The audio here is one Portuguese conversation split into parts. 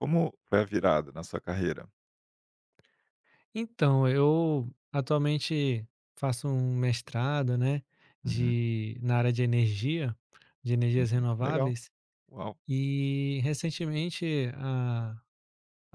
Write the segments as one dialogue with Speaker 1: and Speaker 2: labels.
Speaker 1: Como foi a virada na sua carreira?
Speaker 2: Então, eu atualmente faço um mestrado, né,
Speaker 1: Uhum,
Speaker 2: de na área de energia, de energias
Speaker 1: uhum. Legal.
Speaker 2: renováveis,
Speaker 1: Uau.
Speaker 2: e recentemente a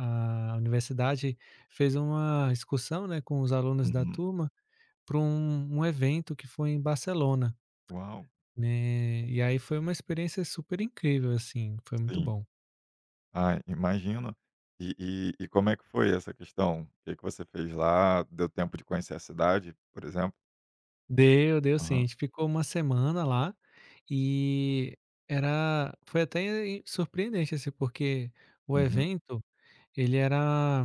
Speaker 2: a universidade fez uma excursão, né, com os alunos da
Speaker 1: Uhum.
Speaker 2: turma para um evento que foi em Barcelona,
Speaker 1: Uau.
Speaker 2: né, e aí foi uma experiência super incrível, assim, foi muito
Speaker 1: Sim.
Speaker 2: bom.
Speaker 1: Ah, imagino. E como é que foi essa questão? O que que você fez lá? Deu tempo de conhecer a cidade, por exemplo?
Speaker 2: Deu, deu sim. A
Speaker 1: Aham.
Speaker 2: gente ficou uma semana lá e era foi até surpreendente, assim, porque o
Speaker 1: Uhum.
Speaker 2: evento, ele era,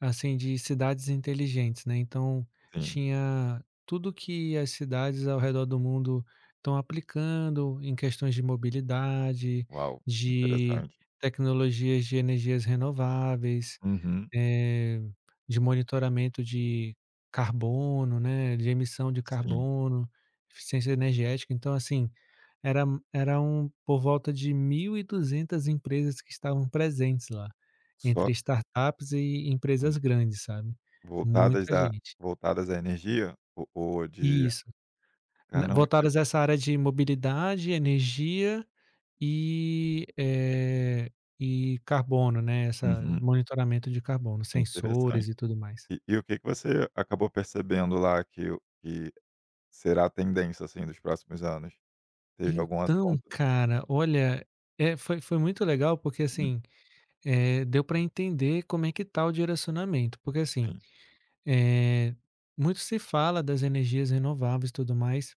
Speaker 2: assim, de cidades inteligentes, né, então
Speaker 1: Sim.
Speaker 2: tinha tudo que as cidades ao redor do mundo estão aplicando em questões de mobilidade,
Speaker 1: Uau,
Speaker 2: de
Speaker 1: interessante.
Speaker 2: tecnologias de energias renováveis,
Speaker 1: Uhum.
Speaker 2: eh, de monitoramento de carbono, né, de emissão de
Speaker 1: Sim.
Speaker 2: carbono, eficiência energética. Então, assim, era eram por volta de 1.200 empresas que estavam presentes lá,
Speaker 1: Só
Speaker 2: entre startups e
Speaker 1: hum,
Speaker 2: empresas grandes, sabe.
Speaker 1: voltadas
Speaker 2: Muita
Speaker 1: à
Speaker 2: gente.
Speaker 1: voltadas à energia? Ou de.
Speaker 2: Isso. Na
Speaker 1: Caramba, que
Speaker 2: Voltadas
Speaker 1: legal.
Speaker 2: a essa área de mobilidade, energia e, eh, e carbono, né, essa
Speaker 1: Uhum.
Speaker 2: monitoramento de carbono,
Speaker 1: Interessante.
Speaker 2: sensores e tudo mais.
Speaker 1: E o que que você acabou percebendo lá que será a tendência, assim, dos próximos anos? Teve algum
Speaker 2: Então,
Speaker 1: assunto?
Speaker 2: cara, olha, é, foi muito legal porque
Speaker 1: Hum,
Speaker 2: assim, é, deu para entender como é que tá o direcionamento, porque assim,
Speaker 1: sim.
Speaker 2: é, muito se fala das energias renováveis e tudo mais,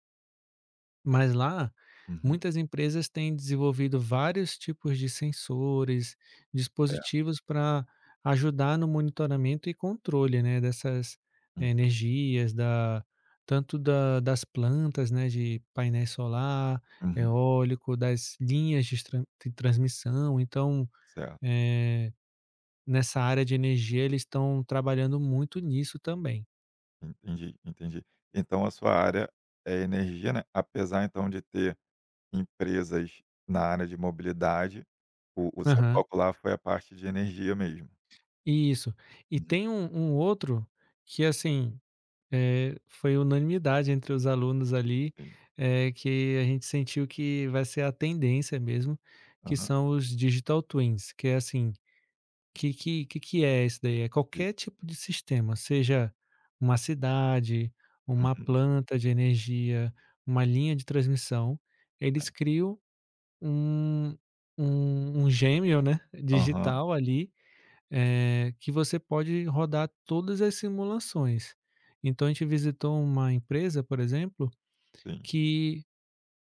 Speaker 2: mas lá,
Speaker 1: Uhum.
Speaker 2: muitas empresas têm desenvolvido vários tipos de sensores,
Speaker 1: É.
Speaker 2: dispositivos para ajudar no monitoramento e controle, né, dessas,
Speaker 1: Uhum,
Speaker 2: energias, da tanto da das plantas, né, de painel solar,
Speaker 1: uhum.
Speaker 2: eólico, das linhas de transmissão. Então,
Speaker 1: Certo.
Speaker 2: eh, nessa área de energia, eles estão trabalhando muito nisso também.
Speaker 1: Entendi, entendi. Então a sua área é energia, né, apesar então de ter empresas na área de mobilidade, o seu
Speaker 2: Aham.
Speaker 1: foco lá foi a parte de energia mesmo?
Speaker 2: Isso. E
Speaker 1: Uhum.
Speaker 2: tem um outro que, assim, foi unanimidade entre os alunos ali,
Speaker 1: Sim.
Speaker 2: que a gente sentiu que vai ser a tendência mesmo, que
Speaker 1: Aham.
Speaker 2: são os digital twins, que é assim, que é isso daí? É
Speaker 1: E
Speaker 2: qualquer tipo de sistema, seja uma cidade, uma
Speaker 1: uhum.
Speaker 2: planta de energia, uma linha de transmissão, eles criam um um gêmeo, né,
Speaker 1: Aham.
Speaker 2: digital ali, que você pode rodar todas as simulações. Então a gente visitou uma empresa, por exemplo,
Speaker 1: Sim.
Speaker 2: que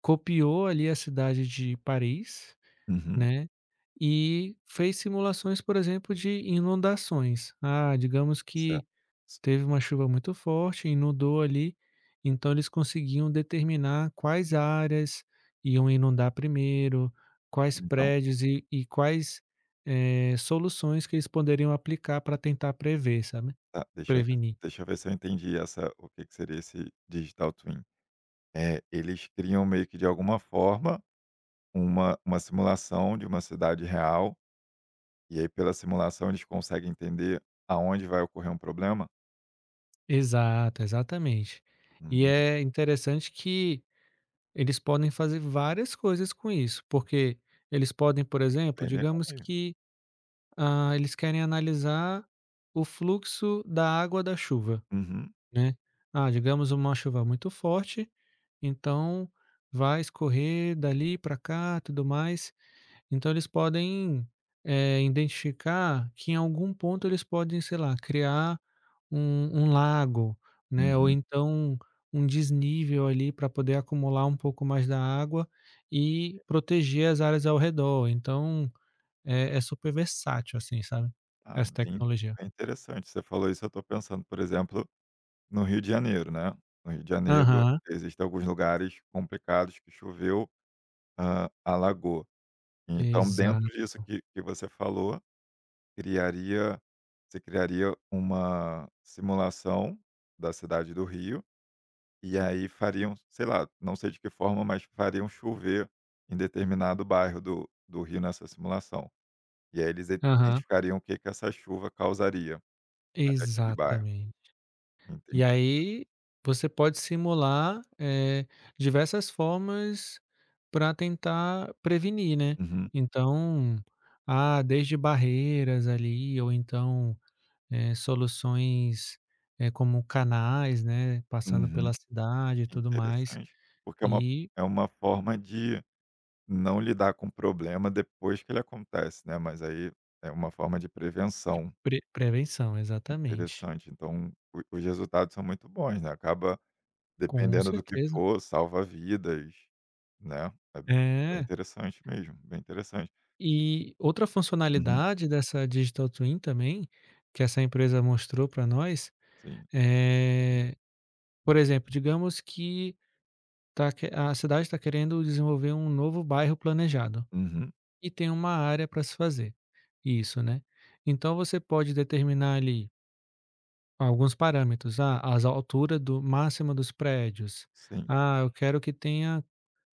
Speaker 2: copiou ali a cidade de Paris,
Speaker 1: Uhum.
Speaker 2: né? E fez simulações, por exemplo, de inundações. Ah, digamos
Speaker 1: Certo.
Speaker 2: que
Speaker 1: S
Speaker 2: teve uma chuva muito forte, inundou ali, então eles conseguiam determinar quais áreas iam inundar primeiro, quais
Speaker 1: então
Speaker 2: prédios e quais, soluções que eles poderiam aplicar para tentar prever, sabe,
Speaker 1: tá,
Speaker 2: prevenir.
Speaker 1: deixa eu ver se eu entendi essa o que que seria esse digital twin. É, eles criam meio que de alguma forma uma simulação de uma cidade real, e aí pela simulação eles conseguem entender aonde vai ocorrer um problema?
Speaker 2: Exato, exatamente. E
Speaker 1: Hum,
Speaker 2: é interessante que eles podem fazer várias coisas com isso, porque eles podem, por exemplo,
Speaker 1: bem legal
Speaker 2: digamos
Speaker 1: mesmo.
Speaker 2: que, ah, eles querem analisar o fluxo da água da chuva.
Speaker 1: Uhum,
Speaker 2: Né. Ah, digamos uma chuva muito forte, então vai escorrer dali para cá, tudo mais. Então eles podem, identificar que em algum ponto eles podem, sei lá, criar um lago, né, ou
Speaker 1: uhum.
Speaker 2: então um desnível ali para poder acumular um pouco mais da água e proteger as áreas ao redor. Então é super versátil, assim, sabe,
Speaker 1: Ah,
Speaker 2: essa
Speaker 1: bem
Speaker 2: tecnologia.
Speaker 1: bem interessante. Você falou isso, eu estou pensando, por exemplo, no Rio de Janeiro, né. No Rio de Janeiro
Speaker 2: Aham,
Speaker 1: existem alguns lugares complicados que choveu, alagou. Então
Speaker 2: exato.
Speaker 1: dentro disso que você falou criaria você criaria uma simulação da cidade do Rio, e aí fariam, sei lá, não sei de que forma, mas fariam chover em determinado bairro do Rio nessa simulação. E aí eles i
Speaker 2: Aham.
Speaker 1: identificariam o que que essa chuva causaria ali naquele bairro.
Speaker 2: Exatamente. E
Speaker 1: Entendi.
Speaker 2: aí, você pode simular, diversas formas para tentar prevenir, né.
Speaker 1: Uhum,
Speaker 2: Então, ah, desde barreiras ali ou então, soluções, como canais, né, passando
Speaker 1: uhum.
Speaker 2: pela cidade e tudo mais,
Speaker 1: Interessante, porque
Speaker 2: e
Speaker 1: é uma forma de não lidar com o problema depois que ele acontece, né, mas aí é uma forma de
Speaker 2: de
Speaker 1: prevenção.
Speaker 2: pre prevenção, exatamente.
Speaker 1: Interessante, então o os resultados são muito bons, né, acaba
Speaker 2: Com
Speaker 1: dependendo do que
Speaker 2: certeza.
Speaker 1: for, salva vidas, né, é b bem
Speaker 2: É.
Speaker 1: interessante mesmo, bem interessante.
Speaker 2: E outra
Speaker 1: Uhum,
Speaker 2: funcionalidade dessa digital twin também, que essa empresa mostrou para nós,
Speaker 1: sim.
Speaker 2: é, por exemplo, digamos que a cidade está querendo desenvolver um novo bairro planejado
Speaker 1: Uhum,
Speaker 2: e tem uma área para se fazer. Isso, né? Então você pode determinar ali alguns parâmetros, ah, as alturas do máxima dos prédios.
Speaker 1: sim.
Speaker 2: Ah, eu quero que tenha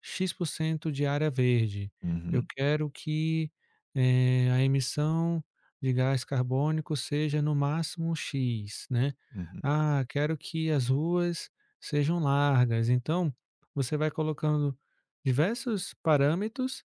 Speaker 2: X por cento de área verde. Eu
Speaker 1: Uhum,
Speaker 2: quero que, a emissão de gás carbônico seja no máximo X, né.
Speaker 1: uhum,
Speaker 2: Ah, quero que as ruas sejam largas. Então, você vai colocando diversos parâmetros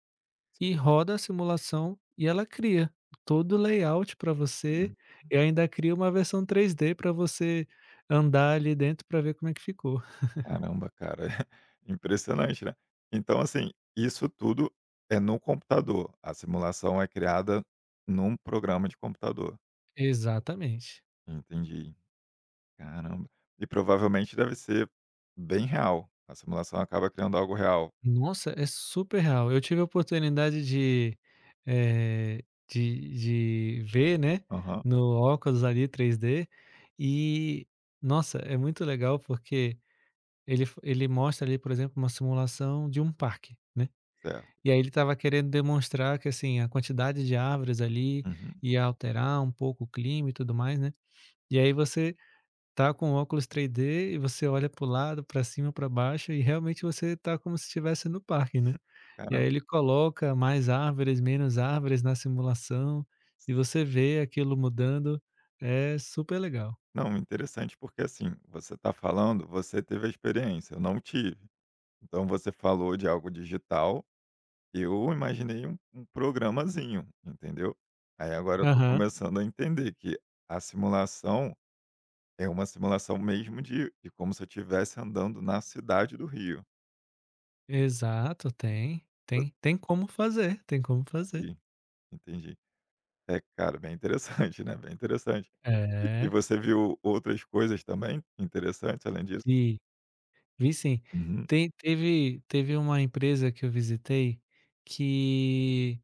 Speaker 1: sim.
Speaker 2: e roda a simulação e ela cria todo o layout para você
Speaker 1: Hum,
Speaker 2: e ainda cria uma versão 3D para você andar ali dentro para ver como é que ficou.
Speaker 1: caramba, cara, impressionante, né. Então, assim, isso tudo é no computador, a simulação é criada num programa de computador.
Speaker 2: Exatamente.
Speaker 1: Entendi, caramba. E provavelmente deve ser bem real, a simulação acaba criando algo real.
Speaker 2: Nossa, é super real. Eu tive a oportunidade de, de ver, né,
Speaker 1: Aham,
Speaker 2: no óculos ali 3D e, nossa, é muito legal porque ele mostra ali, por exemplo, uma simulação de um parque, né.
Speaker 1: certo.
Speaker 2: E aí ele estava querendo demonstrar que, assim, a quantidade de árvores ali
Speaker 1: Uhum.
Speaker 2: ia alterar um pouco o clima e tudo mais, né. E aí você tá com o óculos 3D e você olha para o lado, para cima, para baixo e realmente você tá como se estivesse no parque, né. E aí
Speaker 1: Caramba.
Speaker 2: ele coloca mais árvores, menos árvores na simulação, e você vê aquilo mudando, é super legal.
Speaker 1: Não, interessante porque, assim, você está falando, você teve a experiência, eu não tive. Então você falou de algo digital, eu imaginei um programazinho, entendeu? Aí agora eu estou
Speaker 2: Aham.
Speaker 1: começando a entender que a simulação é uma simulação mesmo de como se eu estivesse andando na cidade do Rio.
Speaker 2: Exato, tem como fazer, tem como fazer.
Speaker 1: Entendi, entendi. É, cara, bem interessante, né? Bem interessante. E
Speaker 2: É,
Speaker 1: você viu outras coisas também interessantes além disso?
Speaker 2: vi, vi sim.
Speaker 1: Uhum,
Speaker 2: Tem teve Teve uma empresa que eu visitei que,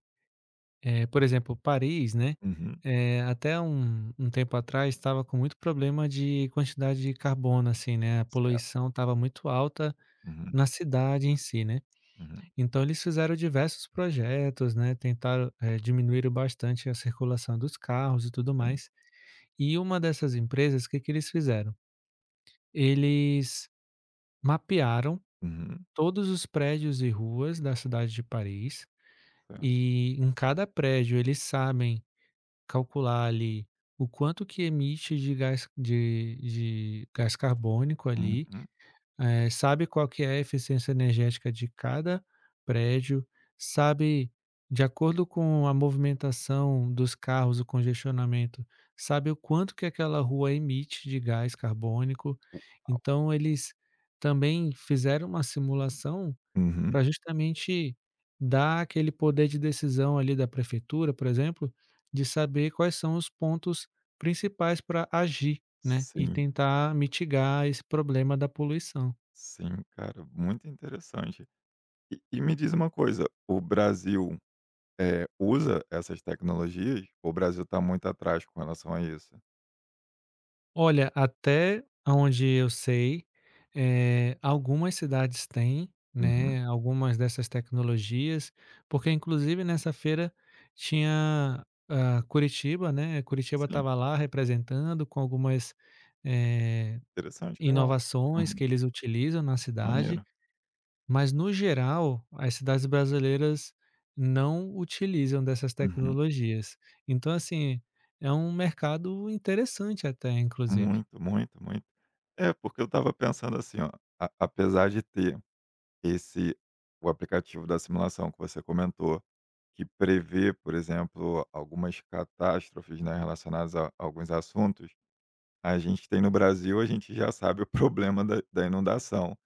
Speaker 2: por exemplo, Paris, né,
Speaker 1: uhum.
Speaker 2: até um tempo atrás estava com muito problema de quantidade de carbono, assim, né, a poluição estava muito alta
Speaker 1: Uhum,
Speaker 2: na cidade em si, né.
Speaker 1: uhum,
Speaker 2: Então eles fizeram diversos projetos, né, tentaram, diminuíram bastante a circulação dos carros e tudo
Speaker 1: sim.
Speaker 2: mais. E uma dessas empresas, o que que eles fizeram? Eles mapearam
Speaker 1: Uhum,
Speaker 2: todos os prédios e ruas da cidade de Paris,
Speaker 1: certo.
Speaker 2: e em cada prédio eles sabem calcular ali o quanto que emite de gás carbônico ali.
Speaker 1: Uhum,
Speaker 2: Sabe qual que é a eficiência energética de cada prédio, sabe, de acordo com a movimentação dos carros, o congestionamento, sabe o quanto que aquela rua emite de gás carbônico.
Speaker 1: o
Speaker 2: Então eles também fizeram uma simulação
Speaker 1: uhum.
Speaker 2: para justamente dar aquele poder de decisão ali da prefeitura, por exemplo, de saber quais são os pontos principais para agir, né, e
Speaker 1: Sim,
Speaker 2: tentar mitigar esse problema da poluição.
Speaker 1: sim, cara, muito interessante. E me diz uma coisa, o Brasil, usa essas tecnologias? Ou o Brasil está muito atrás com relação a isso?
Speaker 2: Olha, até aonde eu sei, algumas cidades têm,
Speaker 1: Uhum,
Speaker 2: né, algumas dessas tecnologias, porque inclusive nessa feira tinha, ah, Curitiba, né, Curitiba
Speaker 1: sim,
Speaker 2: estava lá representando com algumas, eh,
Speaker 1: interessante, legal.
Speaker 2: inovações
Speaker 1: Uhum,
Speaker 2: que eles utilizam na cidade,
Speaker 1: maneiro.
Speaker 2: mas no geral as cidades brasileiras não utilizam dessas
Speaker 1: Uhum,
Speaker 2: tecnologias. Então assim, é um mercado interessante até inclusive.
Speaker 1: muito, muito, muito. É, porque eu estava pensando assim, ó, a apesar de ter Esse o aplicativo da simulação que você comentou, que prevê, por exemplo, algumas catástrofes, né, relacionadas a alguns assuntos, a gente tem no Brasil, a gente já sabe o problema da inundação.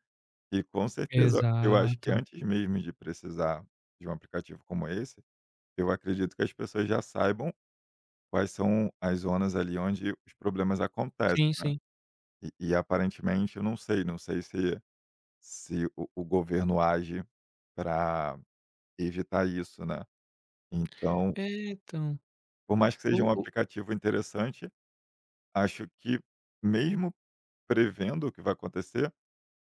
Speaker 1: E com certeza, eu acho que
Speaker 2: Exato.
Speaker 1: antes mesmo de precisar de um aplicativo como esse, eu acredito que as pessoas já saibam quais são as zonas ali onde os problemas acontecem,
Speaker 2: Sim,
Speaker 1: né.
Speaker 2: sim.
Speaker 1: E aparentemente eu não sei, não sei se o governo age para evitar isso, né. Então,
Speaker 2: É, então,
Speaker 1: por mais que seja um
Speaker 2: o
Speaker 1: aplicativo interessante, acho que mesmo prevendo o que vai acontecer,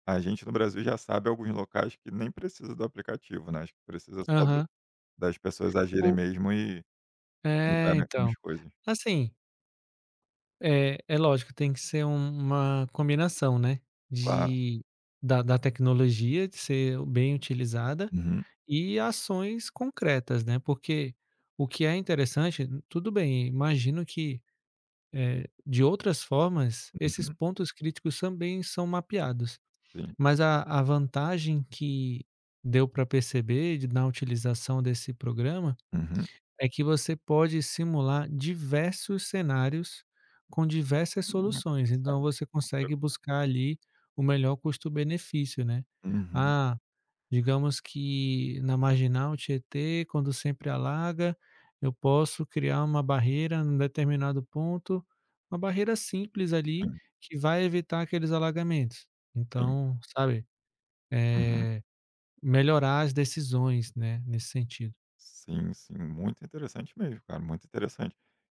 Speaker 1: a gente no Brasil já sabe alguns locais que nem precisa do aplicativo, né, acho que precisa só do
Speaker 2: aham.
Speaker 1: das pessoas agirem
Speaker 2: O
Speaker 1: mesmo e
Speaker 2: É,
Speaker 1: mudarem
Speaker 2: então.
Speaker 1: algumas coisas.
Speaker 2: Assim, é lógico, tem que ser uma combinação, né,
Speaker 1: Claro.
Speaker 2: de da tecnologia de ser bem utilizada
Speaker 1: Uhum,
Speaker 2: e ações concretas, né, porque o que é interessante, tudo bem, imagino que, de outras formas, esses
Speaker 1: uhum,
Speaker 2: pontos críticos também são mapeados.
Speaker 1: sim.
Speaker 2: Mas a vantagem que deu para perceber de na utilização desse programa,
Speaker 1: Uhum.
Speaker 2: é que você pode simular diversos cenários com diversas
Speaker 1: Muito
Speaker 2: soluções, então
Speaker 1: interessante.
Speaker 2: você
Speaker 1: Ok.
Speaker 2: consegue buscar ali o melhor custo-benefício, né.
Speaker 1: Uhum.
Speaker 2: Ah, digamos que na marginal Tietê, quando sempre alaga, eu posso criar uma barreira num determinado ponto, uma barreira simples ali,
Speaker 1: Sim,
Speaker 2: que vai evitar aqueles alagamentos.
Speaker 1: sim.
Speaker 2: Então, sabe,
Speaker 1: Uhum.
Speaker 2: eh, melhorar as decisões, né, nesse sentido.
Speaker 1: Sim, sim, muito interessante mesmo, cara, muito interessante.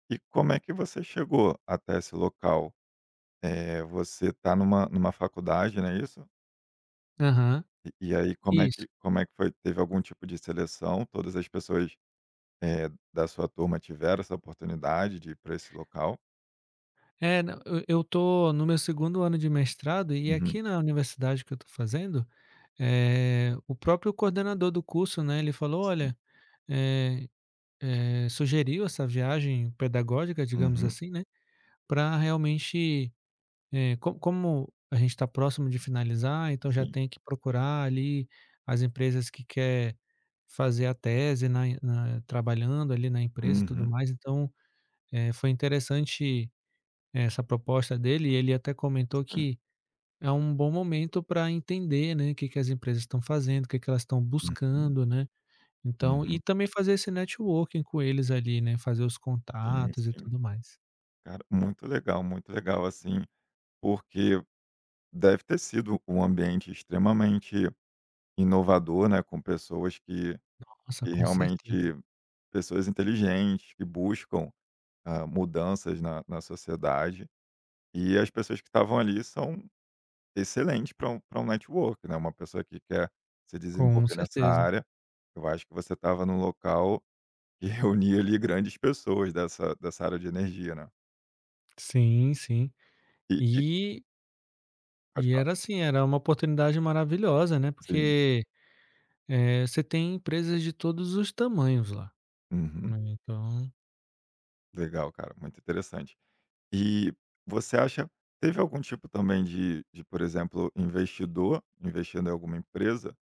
Speaker 1: E como é que você chegou até esse local? Você tá numa faculdade, não é isso?
Speaker 2: Aham,
Speaker 1: E aí
Speaker 2: isso.
Speaker 1: como é que foi? Teve algum tipo de seleção? Todas as pessoas, da sua turma tiveram essa oportunidade de ir para esse local?
Speaker 2: É, não, eu tô no meu segundo ano de mestrado e
Speaker 1: Uhum,
Speaker 2: aqui na universidade que eu tô fazendo, o próprio coordenador do curso, né, ele falou:
Speaker 1: sim.
Speaker 2: "Olha", eh sugeriu essa viagem pedagógica, digamos
Speaker 1: Uhum,
Speaker 2: assim, né, para realmente, é, co como a gente está próximo de finalizar, então já
Speaker 1: sim.
Speaker 2: tem que procurar ali as empresas que quer fazer a tese na na trabalhando ali na empresa e tudo
Speaker 1: Uhum,
Speaker 2: mais, então, foi interessante essa proposta dele e ele até comentou
Speaker 1: sim.
Speaker 2: que é um bom momento para entender, né, o que que as empresas estão fazendo, o que que elas estão
Speaker 1: Uhum,
Speaker 2: buscando, né, então e
Speaker 1: uhum.
Speaker 2: também fazer esse networking com eles ali, né, fazer os
Speaker 1: Sim,
Speaker 2: contatos e
Speaker 1: sim.
Speaker 2: tudo mais.
Speaker 1: Cara, muito legal, assim, porque deve ter sido um ambiente extremamente inovador, né, com pessoas que
Speaker 2: Nossa,
Speaker 1: que
Speaker 2: com
Speaker 1: realmente
Speaker 2: certeza,
Speaker 1: pessoas inteligentes, que buscam mudanças na sociedade. E as pessoas que estavam ali são excelentes para pra um network, né? Uma pessoa que quer se
Speaker 2: com
Speaker 1: desenvolver nessa
Speaker 2: certeza.
Speaker 1: área. Eu acho que você estava num local que reunia ali grandes pessoas dessa área de energia, né?
Speaker 2: Sim, sim.
Speaker 1: E,
Speaker 2: E
Speaker 1: pode
Speaker 2: e
Speaker 1: falar.
Speaker 2: era assim, era uma oportunidade maravilhosa, né,
Speaker 1: Sim.
Speaker 2: porque, você tem empresas de todos os tamanhos lá,
Speaker 1: Uhum.
Speaker 2: né, então
Speaker 1: Legal, cara. Muito interessante. E você acha, teve algum tipo também de por exemplo, investidor investindo em alguma empresa?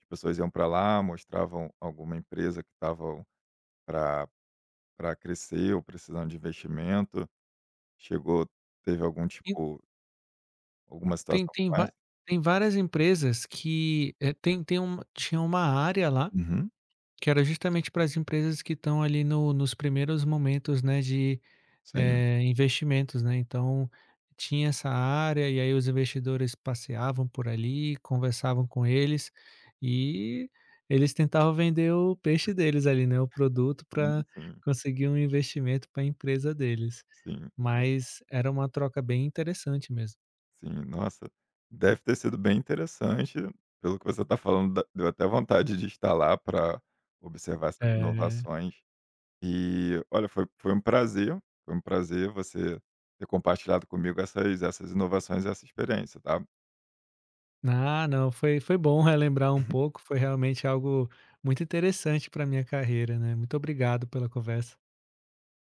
Speaker 1: As pessoas iam para lá, mostravam alguma empresa que estavam para crescer ou precisando de investimento? Chegou teve algum
Speaker 2: e
Speaker 1: tipo alguma
Speaker 2: tem
Speaker 1: situação como
Speaker 2: tem va
Speaker 1: essa?
Speaker 2: tem várias empresas que, tem uma tinha uma área lá,
Speaker 1: Uhum.
Speaker 2: que era justamente para as empresas que estão ali no nos primeiros momentos, né, de,
Speaker 1: Sim,
Speaker 2: investimentos, né. Então, tinha essa área e aí os investidores passeavam por ali, conversavam com eles e eles tentavam vender o peixe deles ali, né, o produto
Speaker 1: sim,
Speaker 2: para
Speaker 1: sim,
Speaker 2: conseguir um investimento para a empresa deles.
Speaker 1: sim,
Speaker 2: Mas era uma troca bem interessante mesmo.
Speaker 1: sim. Nossa, deve ter sido bem interessante. Pelo que você está falando, dá deu até vontade de estar lá pra observar essas
Speaker 2: É.
Speaker 1: inovações. E olha, foi um prazer, foi um prazer você ter compartilhado comigo essas inovações e essa experiência, tá?
Speaker 2: Ah, não, foi bom relembrar um pouco, foi realmente algo muito interessante para minha carreira, né. Muito obrigado pela conversa.